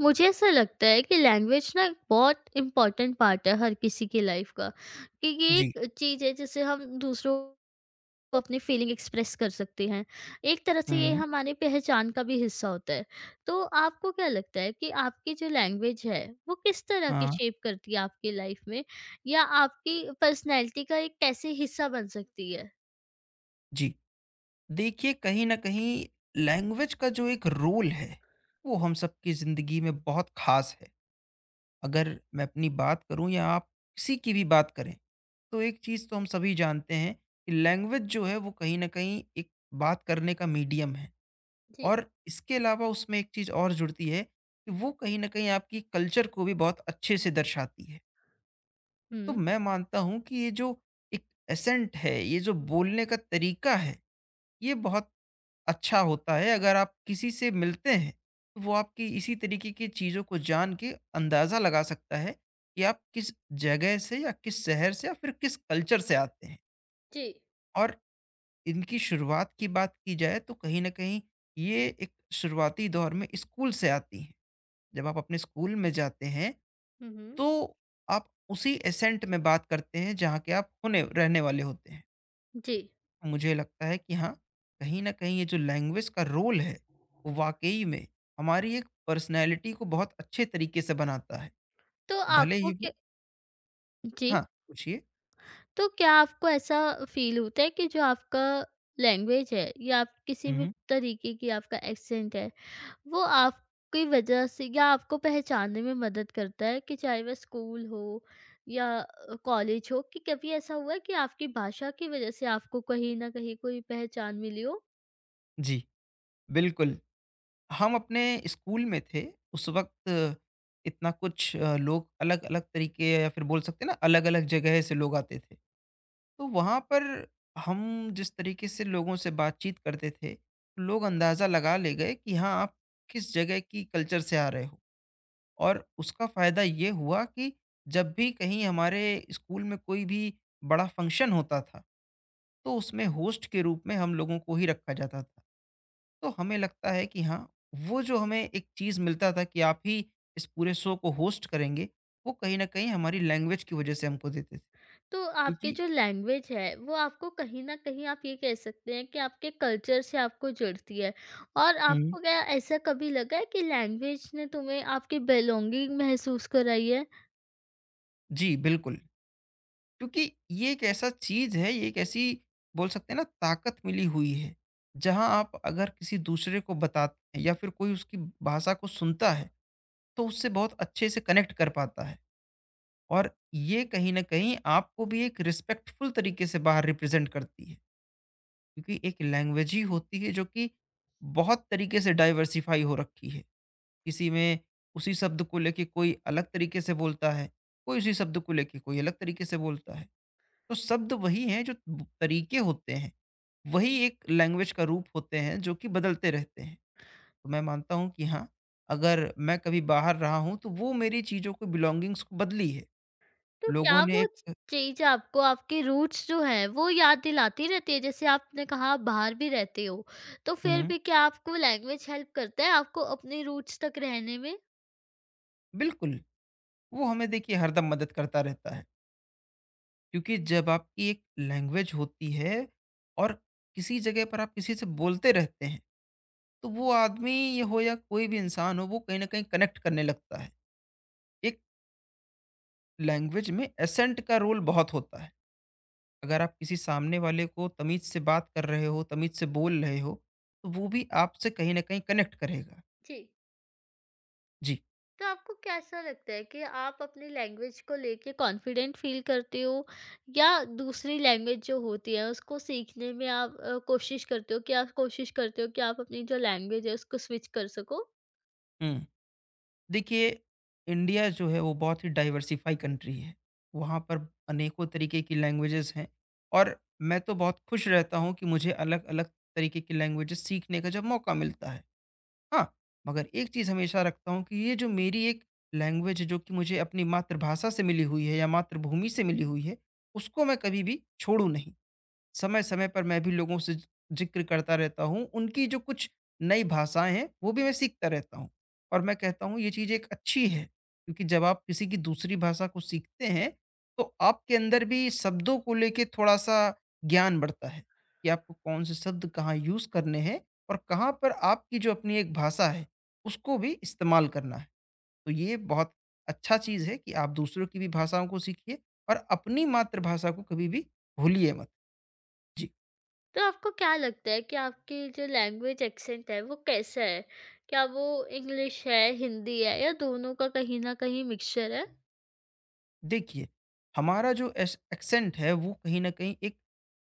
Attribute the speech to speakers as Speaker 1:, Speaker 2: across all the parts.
Speaker 1: मुझे ऐसा लगता है कि लैंग्वेज ना एक बहुत इम्पोर्टेंट पार्ट है हर किसी की लाइफ का कि ये
Speaker 2: जी।
Speaker 1: एक चीज़ है जिससे हम दूसरों को अपनी फीलिंग एक्सप्रेस कर सकते हैं। एक तरह से ये
Speaker 2: हुँ।
Speaker 1: हमारी पहचान का भी हिस्सा होता है। तो आपको क्या लगता है कि आपकी जो लैंग्वेज है वो किस तरह की
Speaker 2: हाँ।
Speaker 1: शेप करती है आपकी लाइफ में, या आपकी पर्सनैलिटी का एक कैसे हिस्सा बन सकती है?
Speaker 2: जी। देखिए, कहीं न कहीं लैंग्वेज का जो एक रोल है, वो हम सबकी ज़िंदगी में बहुत ख़ास है। अगर मैं अपनी बात करूँ या आप किसी की भी बात करें, तो एक चीज़ तो हम सभी जानते हैं कि लैंग्वेज जो है, वो कहीं न कहीं एक बात करने का मीडियम है।
Speaker 1: जी।
Speaker 2: और इसके अलावा उसमें एक चीज़ और जुड़ती है कि वो कहीं न कहीं आपकी कल्चर को भी बहुत अच्छे से दर्शाती है। तो
Speaker 1: हम्म।
Speaker 2: मैं मानता हूँ कि ये जो एक एसेंट है, ये जो बोलने का तरीका है, ये बहुत अच्छा होता है। अगर आप किसी से मिलते हैं तो वो आपकी इसी तरीके की चीज़ों को जान के अंदाज़ा लगा सकता है कि आप किस जगह से या किस शहर से या फिर किस कल्चर से आते हैं।
Speaker 1: जी।
Speaker 2: और इनकी शुरुआत की बात की जाए तो कहीं ना कहीं ये एक शुरुआती दौर में स्कूल से आती हैं। जब आप अपने स्कूल में जाते हैं
Speaker 1: हम्म।
Speaker 2: तो आप उसी एसेंट में बात करते हैं जहाँ के आप होने रहने वाले होते हैं।
Speaker 1: जी।
Speaker 2: मुझे लगता है कि हाँ, कहीं न कहीं ये जो लैंग्वेज का रोल है, वो वाक़ई में हमारी एक पर्सनैलिटी को बहुत अच्छे तरीके से बनाता है।
Speaker 1: तो
Speaker 2: भले
Speaker 1: आपको
Speaker 2: ही
Speaker 1: क्या
Speaker 2: वो
Speaker 1: जी।
Speaker 2: हाँ, पूछिए?
Speaker 1: तो क्या आपको ऐसा फ़ील होता है कि जो आपका लैंग्वेज है या आप किसी
Speaker 2: हुँ,
Speaker 1: भी
Speaker 2: हुँ।
Speaker 1: तरीके की आपका एक्सेंट है, वो आपकी वजह से या आपको पहचानने में मदद करता है कि चाहे वह स्कूल हो या कॉलेज हो, कि कभी ऐसा हुआ है कि आपकी भाषा की वजह से आपको कहीं न कहीं कोई पहचान मिली हो?
Speaker 2: जी, बिल्कुल। हम अपने स्कूल में थे, उस वक़्त इतना कुछ लोग अलग-अलग तरीके या फिर बोल सकते हैं ना, अलग-अलग जगह से लोग आते थे। तो वहाँ पर हम जिस तरीके से लोगों से बातचीत करते थे, लोग अंदाज़ा लगा ले गए कि हाँ, आप किस जगह की कल्चर से आ रहे हो। और उसका फ़ायदा ये हुआ कि जब भी कहीं हमारे स्कूल में कोई भी बड़ा फंक्शन होता था, तो उसमें होस्ट के रूप में हम लोगों को ही रखा जाता था। तो हमें लगता है कि हाँ, वो जो हमें एक चीज़ मिलता था कि आप ही इस पूरे शो को होस्ट करेंगे, वो कहीं न कहीं हमारी लैंग्वेज की वजह से हमको देते थे।
Speaker 1: तो आपकी
Speaker 2: क्योंकि
Speaker 1: जो लैंग्वेज है, वो आपको कहीं न कहीं, आप ये कह सकते हैं कि आपके कल्चर से आपको जुड़ती है। और
Speaker 2: हुँ।
Speaker 1: आपको क्या ऐसा कभी लगा है कि लैंग्वेज ने तुम्हें आपकी बिलॉन्गिंग महसूस कराई है?
Speaker 2: जी, बिल्कुल। क्योंकि ये एक ऐसा चीज है, ये एक ऐसी बोल सकते हैं ना ताकत मिली हुई है, जहाँ आप अगर किसी दूसरे को बताते हैं या फिर कोई उसकी भाषा को सुनता है, तो उससे बहुत अच्छे से कनेक्ट कर पाता है। और ये कहीं न कहीं आपको भी एक रिस्पेक्टफुल तरीके से बाहर रिप्रेज़ेंट करती है, क्योंकि एक लैंग्वेज ही होती है जो कि बहुत तरीके से डाइवर्सिफ़ाई हो रखी है। किसी में उसी शब्द को लेके कोई अलग तरीके से बोलता है, कोई उसी शब्द को लेके कोई अलग तरीके से बोलता है। तो शब्द वही हैं, जो तरीके होते हैं, वही एक लैंग्वेज का रूप होते हैं जो कि बदलते रहते हैं। तो मैं मानता हूँ कि हाँ, अगर मैं कभी बाहर रहा हूँ तो वो मेरी चीज़ों को बिलॉन्गिंग्स को बदली है।
Speaker 1: तो
Speaker 2: लोगों
Speaker 1: क्या
Speaker 2: ने
Speaker 1: वो
Speaker 2: एक
Speaker 1: च चीज़ आपको आपके रूट्स जो हैं, वो याद दिलाती रहती है? जैसे आपने कहा आप बाहर भी रहते हो, तो फिर
Speaker 2: हुँ,
Speaker 1: भी क्या आपको लैंग्वेज हेल्प करता है आपको अपने रूट्स तक रहने में?
Speaker 2: बिल्कुल, वो हमें देखिए हरदम मदद करता रहता है। क्योंकि जब आपकी एक लैंग्वेज होती है और किसी जगह पर आप किसी से बोलते रहते हैं, तो वो आदमी ये हो या कोई भी इंसान हो, वो कहीं न कहीं कनेक्ट करने लगता है। एक लैंग्वेज में एसेंट का रोल बहुत होता है। अगर आप किसी सामने वाले को तमीज़ से बात कर रहे हो, तमीज़ से बोल रहे हो, तो वो भी आपसे कहीं न कहीं कनेक्ट करेगा।
Speaker 1: जी।
Speaker 2: जी।
Speaker 1: तो आपको कैसा लगता है कि आप अपनी लैंग्वेज को लेके कॉन्फिडेंट फील करते हो, या दूसरी लैंग्वेज जो होती है उसको सीखने में आप कोशिश करते हो कि आप अपनी जो लैंग्वेज है उसको स्विच कर सको?
Speaker 2: हुँ। देखिए, इंडिया जो है वो बहुत ही डाइवर्सिफ़ाई कंट्री है। वहाँ पर अनेकों तरीके की लैंग्वेजेज़ हैं और मैं तो बहुत खुश रहता हूँ कि मुझे अलग-अलग तरीके की लैंग्वेजेज़ सीखने का जब मौका मिलता है। हाँ, मगर एक चीज़ हमेशा रखता हूँ कि ये जो मेरी एक लैंग्वेज है जो कि मुझे अपनी मातृभाषा से मिली हुई है या मातृभूमि से मिली हुई है, उसको मैं कभी भी छोड़ूँ नहीं। समय-समय पर मैं भी लोगों से ज़िक्र करता रहता हूँ, उनकी जो कुछ नई भाषाएँ हैं, वो भी मैं सीखता रहता हूँ। और मैं कहता हूँ ये चीज़ एक अच्छी है, क्योंकि जब आप किसी की दूसरी भाषा को सीखते हैं, तो आपके अंदर भी शब्दों को लेके थोड़ा-सा ज्ञान बढ़ता है, कि आपको कौन से शब्द कहाँ यूज़ करने हैं और कहाँ पर आपकी जो अपनी एक भाषा है, उसको भी इस्तेमाल करना है। तो ये बहुत अच्छा चीज़ है कि आप दूसरों की भी भाषाओं को सीखिए और अपनी मातृभाषा को कभी भी भूलिए मत। जी।
Speaker 1: तो आपको क्या लगता है कि आपकी जो लैंग्वेज एक्सेंट है वो कैसा है? क्या वो इंग्लिश है, हिंदी है, या दोनों का कहीं ना कहीं मिक्सचर है?
Speaker 2: देखिए, हमारा जो एस एक्सेंट है वो कहीं न कहीं एक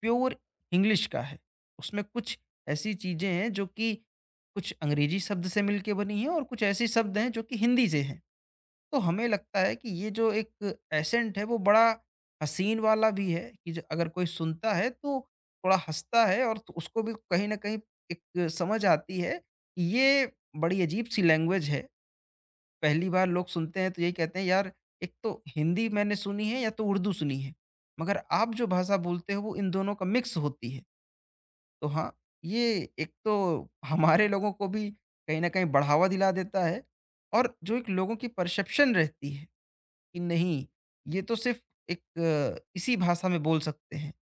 Speaker 2: प्योर इंग्लिश का है। उसमें कुछ ऐसी चीज़ें हैं जो कि कुछ अंग्रेज़ी शब्द से मिलके बनी हैं और कुछ ऐसे शब्द हैं जो कि हिंदी से हैं। तो हमें लगता है कि ये जो एक एसेंट है वो बड़ा हसीन वाला भी है कि ज अगर कोई सुनता है तो थोड़ा हँसता है, और तो उसको भी कहीं न कहीं एक समझ आती है कि ये बड़ी अजीब-सी लैंग्वेज है। पहली बार लोग सुनते हैं तो यही कहते हैं, यार, एक तो हिंदी मैंने सुनी है या तो उर्दू सुनी है। मगर आप जो भाषा बोलते हो वो इन दोनों का मिक्स होती है। तो हाँ, ये एक तो हमारे लोगों को भी कहीं न कहीं बढ़ावा दिला देता है। और जो एक लोगों की परसेप्शन रहती है कि नहीं, ये तो सिर्फ़ एक इसी भाषा में बोल सकते हैं।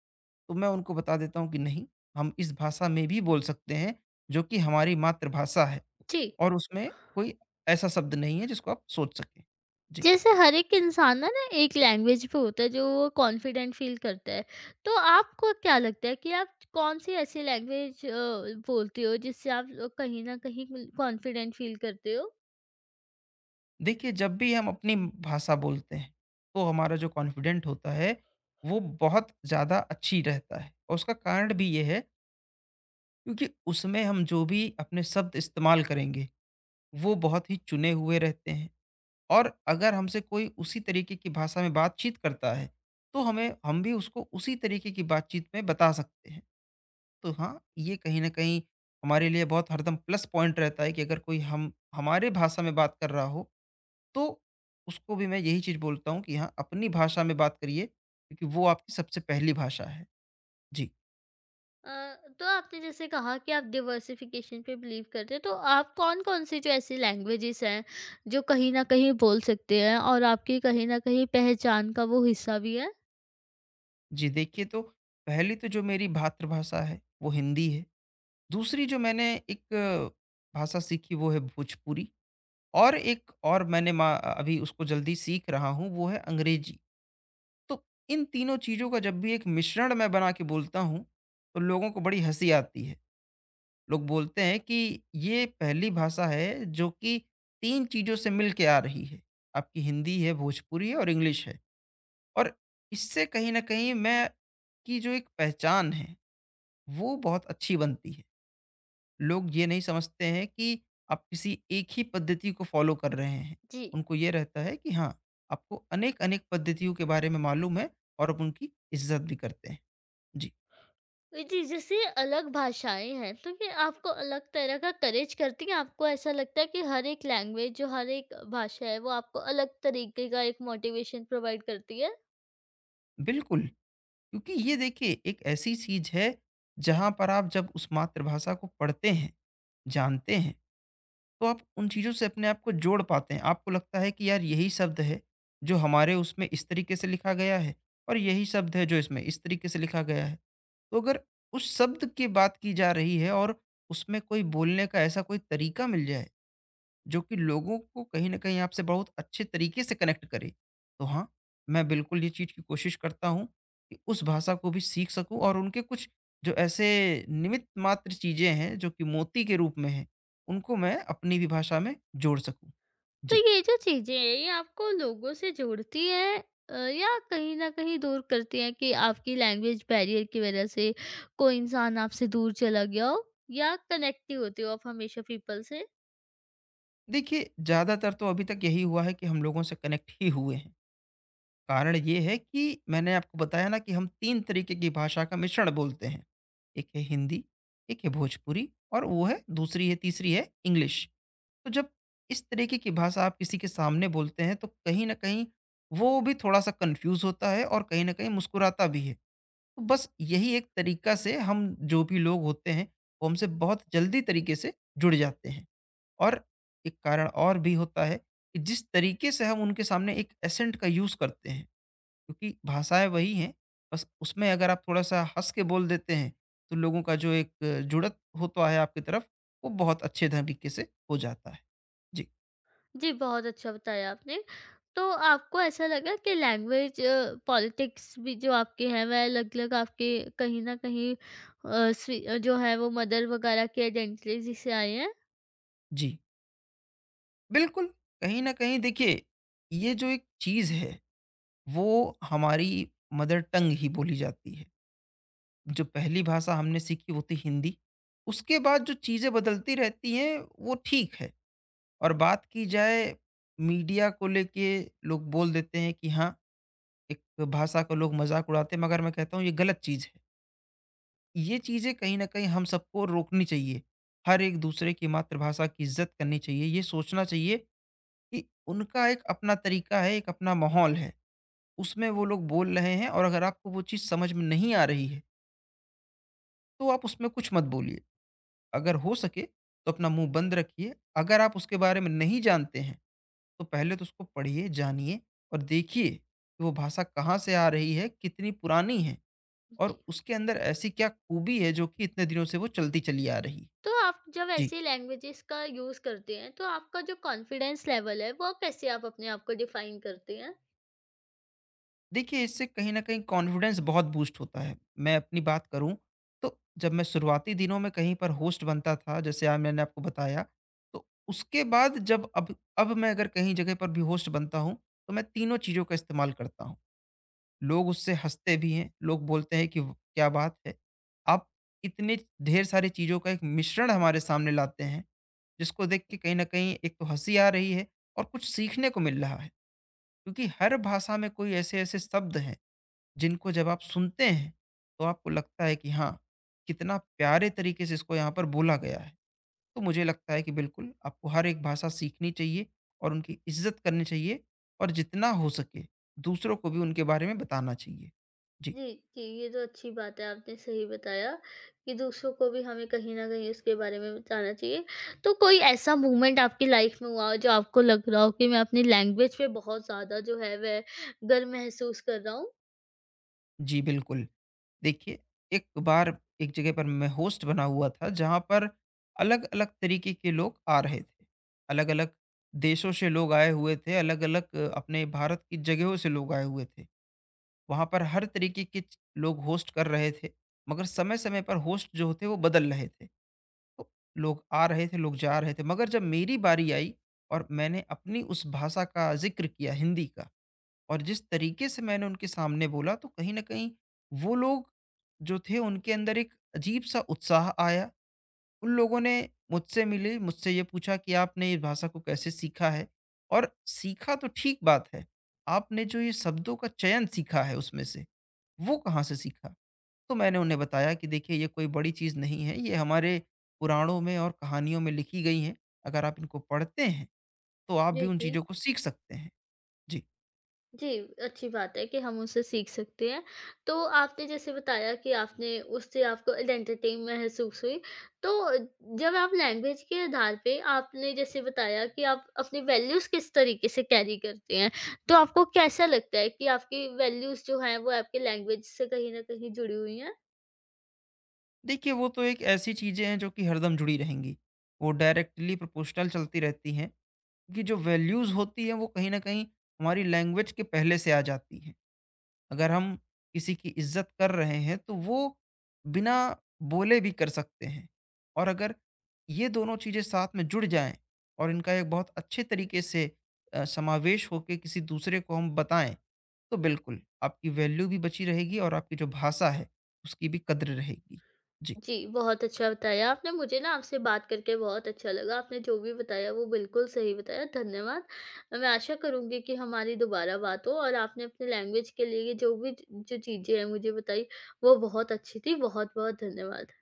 Speaker 2: तो मैं उनको बता देता हूँ कि नहीं, हम इस भाषा में भी बोल सकते हैं जो कि हमारी मातृभाषा है।
Speaker 1: जी।
Speaker 2: और उसमें कोई ऐसा शब्द नहीं है जिसको आप सोच सकें। जी।
Speaker 1: जैसे हर एक इंसान ना ना एक लैंग्वेज पे होता है जो वो कॉन्फिडेंट फील करता है, तो आपको क्या लगता है कि आप कौन सी ऐसी लैंग्वेज बोलते हो जिससे आप कहीं ना कहीं कॉन्फिडेंट फील करते हो?
Speaker 2: देखिए, जब भी हम अपनी भाषा बोलते हैं तो हमारा जो कॉन्फिडेंट होता है वो बहुत ज़्यादा अच्छी रहता है, और उसका कारण भी ये है क्योंकि उसमें हम जो भी अपने शब्द इस्तेमाल करेंगे वो बहुत ही चुने हुए रहते हैं। और अगर हमसे कोई उसी तरीके की भाषा में बातचीत करता है तो हमें, हम भी उसको उसी तरीके की बातचीत में बता सकते हैं। तो हाँ, ये कहीं ना कहीं हमारे लिए बहुत हरदम प्लस पॉइंट रहता है कि अगर कोई हम हमारे भाषा में बात कर रहा हो तो उसको भी मैं यही चीज़ बोलता हूँ कि हाँ, अपनी भाषा में बात करिए क्योंकि वो आपकी सबसे पहली भाषा है। जी।
Speaker 1: अ, तो आपने जैसे कहा कि आप डिवर्सिफिकेशन पे बिलीव करते हो, तो आप कौन कौन सी जो ऐसी लैंग्वेजेस हैं जो कहीं ना कहीं बोल सकते हैं और आपकी कहीं ना कहीं पहचान का वो हिस्सा भी है?
Speaker 2: जी, देखिए, तो पहली तो जो मेरी मातृभाषा है, वो हिंदी है। दूसरी जो मैंने एक भाषा सीखी वो है भोजपुरी, और एक और मैंने मा अभी उसको जल्दी सीख रहा हूँ वो है अंग्रेजी। तो इन तीनों चीज़ों का जब भी एक मिश्रण मैं बना के बोलता हूँ, तो लोगों को बड़ी हँसी आती है। लोग बोलते हैं कि ये पहली भाषा है जो कि 3 चीज़ों से मिल के आ रही है। आपकी हिंदी है, भोजपुरी है और इंग्लिश है। और इससे कहीं न कहीं मैं की जो एक पहचान है, वो बहुत अच्छी बनती है। लोग ये नहीं समझते हैं कि आप किसी एक ही पद्धति को फ़ॉलो कर रहे हैं।
Speaker 1: जी।
Speaker 2: उनको ये रहता है कि हाँ, आपको अनेक-अनेक पद्धतियों के बारे में मालूम है और आप उनकी इज़्ज़त भी करते हैं। जी,
Speaker 1: जी, जैसे अलग भाषाएँ हैं, तो ये आपको अलग तरह का करेज करती हैं? आपको ऐसा लगता है कि हर एक लैंग्वेज जो हर एक भाषा है, वो आपको अलग तरीके का एक मोटिवेशन प्रोवाइड करती है?
Speaker 2: बिल्कुल। क्योंकि ये देखिए एक ऐसी चीज है जहां पर आप जब उस मातृभाषा को पढ़ते हैं, जानते हैं, तो आप उन चीजों से अपने आप को जोड़ पाते हैं। आपको लगता है कि यार, यही शब्द है जो हमारे उसमें इस तरीके से लिखा गया है और यही शब्द है जो इसमें इस तरीके से लिखा गया है। तो अगर उस शब्द की बात की जा रही है और उसमें कोई बोलने का ऐसा कोई तरीका मिल जाए जो कि लोगों को कहीं न कहीं आपसे बहुत अच्छे तरीके से कनेक्ट करे। तो हाँ, मैं बिल्कुल ये चीज़ की कोशिश करता हूँ कि उस भाषा को भी सीख सकूँ, और उनके कुछ जो ऐसे निमित्त मात्र चीज़ें हैं, जो कि मोती के रूप में हैं, उनको मैं अपनी भी भाषा में जोड़ सकूँ।
Speaker 1: तो
Speaker 2: जी।
Speaker 1: ये जो चीज़ें हैं, ये आपको लोगों से जोड़ती हैं, या कहीं न कहीं दूर करती हैं, कि आपकी लैंग्वेज बैरियर की वजह से कोई इंसान आपसे दूर चला गया हो, या कनेक्टिव होते हो आप हमेशा पीपल से?
Speaker 2: देखिए, ज़्यादातर तो अभी तक यही हुआ है कि हम लोगों से कनेक्ट ही हुए हैं। कारण ये है कि मैंने आपको बताया ना कि हम 3 तरीके की भाषा का मिश्रण बोलते हैं। एक है हिंदी, एक है भोजपुरी और वो है दूसरी है तीसरी है इंग्लिश। तो जब इस तरीके की भाषा आप किसी के सामने बोलते हैं तो कहीं न कहीं वो भी थोड़ा-सा कन्फ्यूज़ होता है और कहीं न कहीं मुस्कुराता भी है। तो बस यही एक तरीका से हम जो भी लोग होते हैं, वो हमसे बहुत जल्दी तरीके से जुड़ जाते हैं। और एक कारण और भी होता है कि जिस तरीके से हम उनके सामने एक एसेंट का यूज़ करते हैं, क्योंकि भाषाएँ वही हैं, बस उसमें अगर आप थोड़ा-सा हँस के बोल देते हैं, तो लोगों का जो एक जुड़त होता है आपकी तरफ, वो बहुत अच्छे तरीके से हो जाता है। जी।
Speaker 1: जी, बहुत अच्छा बताया आपने। तो आपको ऐसा लगा कि लैंग्वेज पॉलिटिक्स भी जो आपके हैं वह अलग-अलग आपके कहीं न कहीं जो है वो मदर वगैरह की आइडेंटिटी से आए हैं?
Speaker 2: जी, बिल्कुल। कहीं न कहीं देखिए, ये जो एक चीज़ है, वो हमारी मदर टंग ही बोली जाती है। जो पहली भाषा हमने सीखी वो थी हिंदी। उसके बाद जो चीज़ें बदलती रहती हैं, वो ठीक है। और बात की जाए मीडिया को लेके, लोग बोल देते हैं कि हाँ, एक भाषा का लोग मज़ाक उड़ाते हैं, मगर मैं कहता हूँ ये गलत चीज़ है। ये चीज़ें कहीं न कहीं हम सबको रोकनी चाहिए। हर एक दूसरे की मातृभाषा की इज़्ज़त करनी चाहिए, ये सोचना चाहिए कि उनका एक अपना तरीका है, एक अपना माहौल है। उसमें वो लोग बोल रहे हैं और अगर आपको वो चीज़ समझ में नहीं आ रही है, तो आप उसमें कुछ मत बोलिए। अगर हो सके तो अपना मुँह बंद रखिए। अगर आप उसके बारे में नहीं जानते हैं, तो पहले तो उसको पढ़िए, जानिए और देखिए कि वो भाषा कहाँ से आ रही है, कितनी पुरानी है
Speaker 1: जी।
Speaker 2: और उसके अंदर ऐसी क्या खूबी है जो कि इतने दिनों से वो चलती चली आ रही है।
Speaker 1: तो आप जब
Speaker 2: जी।
Speaker 1: ऐसी लैंग्वेजेस का यूज़ करते हैं तो आपका जो कॉन्फिडेंस लेवल है वो कैसे आप अपने आप को डिफाइन करते हैं?
Speaker 2: देखिए, इससे कहीं न कहीं कॉन्फिडेंस बहुत बूस्ट होता है। मैं अपनी बात करूँ, तो जब मैं शुरुआती दिनों में कहीं पर होस्ट बनता था, जैसे आज मैंने आपको बताया, तो उसके बाद जब अब मैं अगर कहीं जगह पर भी होस्ट बनता हूँ, तो मैं तीनों चीज़ों का इस्तेमाल करता हूँ। लोग उससे हँसते भी हैं, लोग बोलते हैं कि व क्या बात है! आप इतने ढेर सारी चीज़ों का एक मिश्रण हमारे सामने लाते हैं, जिसको देख के कहीं न कहीं एक तो हँसी आ रही है और कुछ सीखने को मिल रहा है। क्योंकि हर भाषा में कोई ऐसे-ऐसे शब्द हैं जिनको जब आप सुनते हैं, तो आपको लगता है कि हाँ, कितना प्यारे तरीके से इसको यहाँ पर बोला गया है। तो मुझे लगता है कि बिल्कुल आपको हर एक भाषा सीखनी चाहिए और उनकी इज़्ज़त करनी चाहिए और जितना हो सके दूसरों को भी उनके बारे में बताना चाहिए। जी।
Speaker 1: जी, जी, ये तो अच्छी बात है, आपने सही बताया कि दूसरों को भी हमें कहीं न कहीं उसके बारे में बताना चाहिए। तो कोई ऐसा मोमेंट आपकी लाइफ़ में हुआ हो जो आपको लग रहा हो कि मैं अपनी लैंग्वेज पे बहुत ज़्यादा जो है वह गर्व महसूस कर रहा हूँ?
Speaker 2: जी, बिल्कुल। देखिए, एक बार एक जगह पर मैं होस्ट बना हुआ था जहाँ पर अलग-अलग तरीके के लोग आ रहे थे। अलग-अलग देशों से लोग आए हुए थे, अलग-अलग अपने भारत की जगहों से लोग आए हुए थे। वहाँ पर हर तरीके के लोग होस्ट कर रहे थे मगर समय समय पर होस्ट जो थे वो बदल रहे थे, तो लोग आ रहे थे, लोग जा रहे थे, मगर जब मेरी बारी आई और मैंने अपनी उस भाषा का जिक्र किया हिंदी का और जिस तरीके से मैंने उनके सामने बोला तो कहीं ना कहीं वो लोग जो थे उनके अंदर एक अजीब सा उत्साह आया। उन लोगों ने मुझसे मिले, मुझसे ये पूछा कि आपने इस भाषा को कैसे सीखा है और सीखा तो ठीक बात है, आपने जो ये शब्दों का चयन सीखा है उसमें से वो कहाँ से सीखा? तो मैंने उन्हें बताया कि देखिए ये कोई बड़ी चीज़ नहीं है, ये हमारे पुराणों में और कहानियों में लिखी गई हैं। अगर आप इनको पढ़ते हैं, तो आप भी
Speaker 1: जी,
Speaker 2: उन
Speaker 1: जी।
Speaker 2: चीज़ों को सीख सकते हैं। जी।
Speaker 1: जी, अच्छी बात है कि हम उससे सीख सकते हैं। तो आपने जैसे बताया कि आपने उससे आपको आइडेंटिटी महसूस हुई। तो जब आप लैंग्वेज के आधार पे आपने जैसे बताया कि आप अपनी वैल्यूज़ किस तरीके से कैरी करते हैं। तो आपको कैसा लगता है कि आपकी वैल्यूज़ जो हैं वो आपकी लैंग्वेज से कहीं न कहीं जुड़ी हुई हैं?
Speaker 2: देखिए वो तो एक ऐसी चीज़ें हैं जो कि हरदम जुड़ी रहेंगी। वो डायरेक्टली प्रोपोर्शनल चलती रहती हैं, कि जो वैल्यूज़ होती हैं वो कहीं न कहीं हमारी लैंग्वेज के पहले से आ जाती हैं। अगर हम किसी की इज्जत कर रहे हैं तो वो बिना बोले भी कर सकते हैं और अगर ये दोनों चीज़ें साथ में जुड़ जाएं और इनका एक बहुत अच्छे तरीके से समावेश होकर किसी दूसरे को हम बताएं तो बिल्कुल आपकी वैल्यू भी बची रहेगी और आपकी जो भाषा है उसकी भी कद्र रहेगी। जी।
Speaker 1: जी, बहुत अच्छा बताया आपने। मुझे ना आपसे बात करके बहुत अच्छा लगा। आपने जो भी बताया वो बिल्कुल सही बताया, धन्यवाद। मैं आशा करूँगी कि हमारी दोबारा बात हो, और आपने अपने लैंग्वेज के लिए जो भी ज जो चीज़ें हैं मुझे बताई, वो बहुत अच्छी थी। बहुत-बहुत धन्यवाद।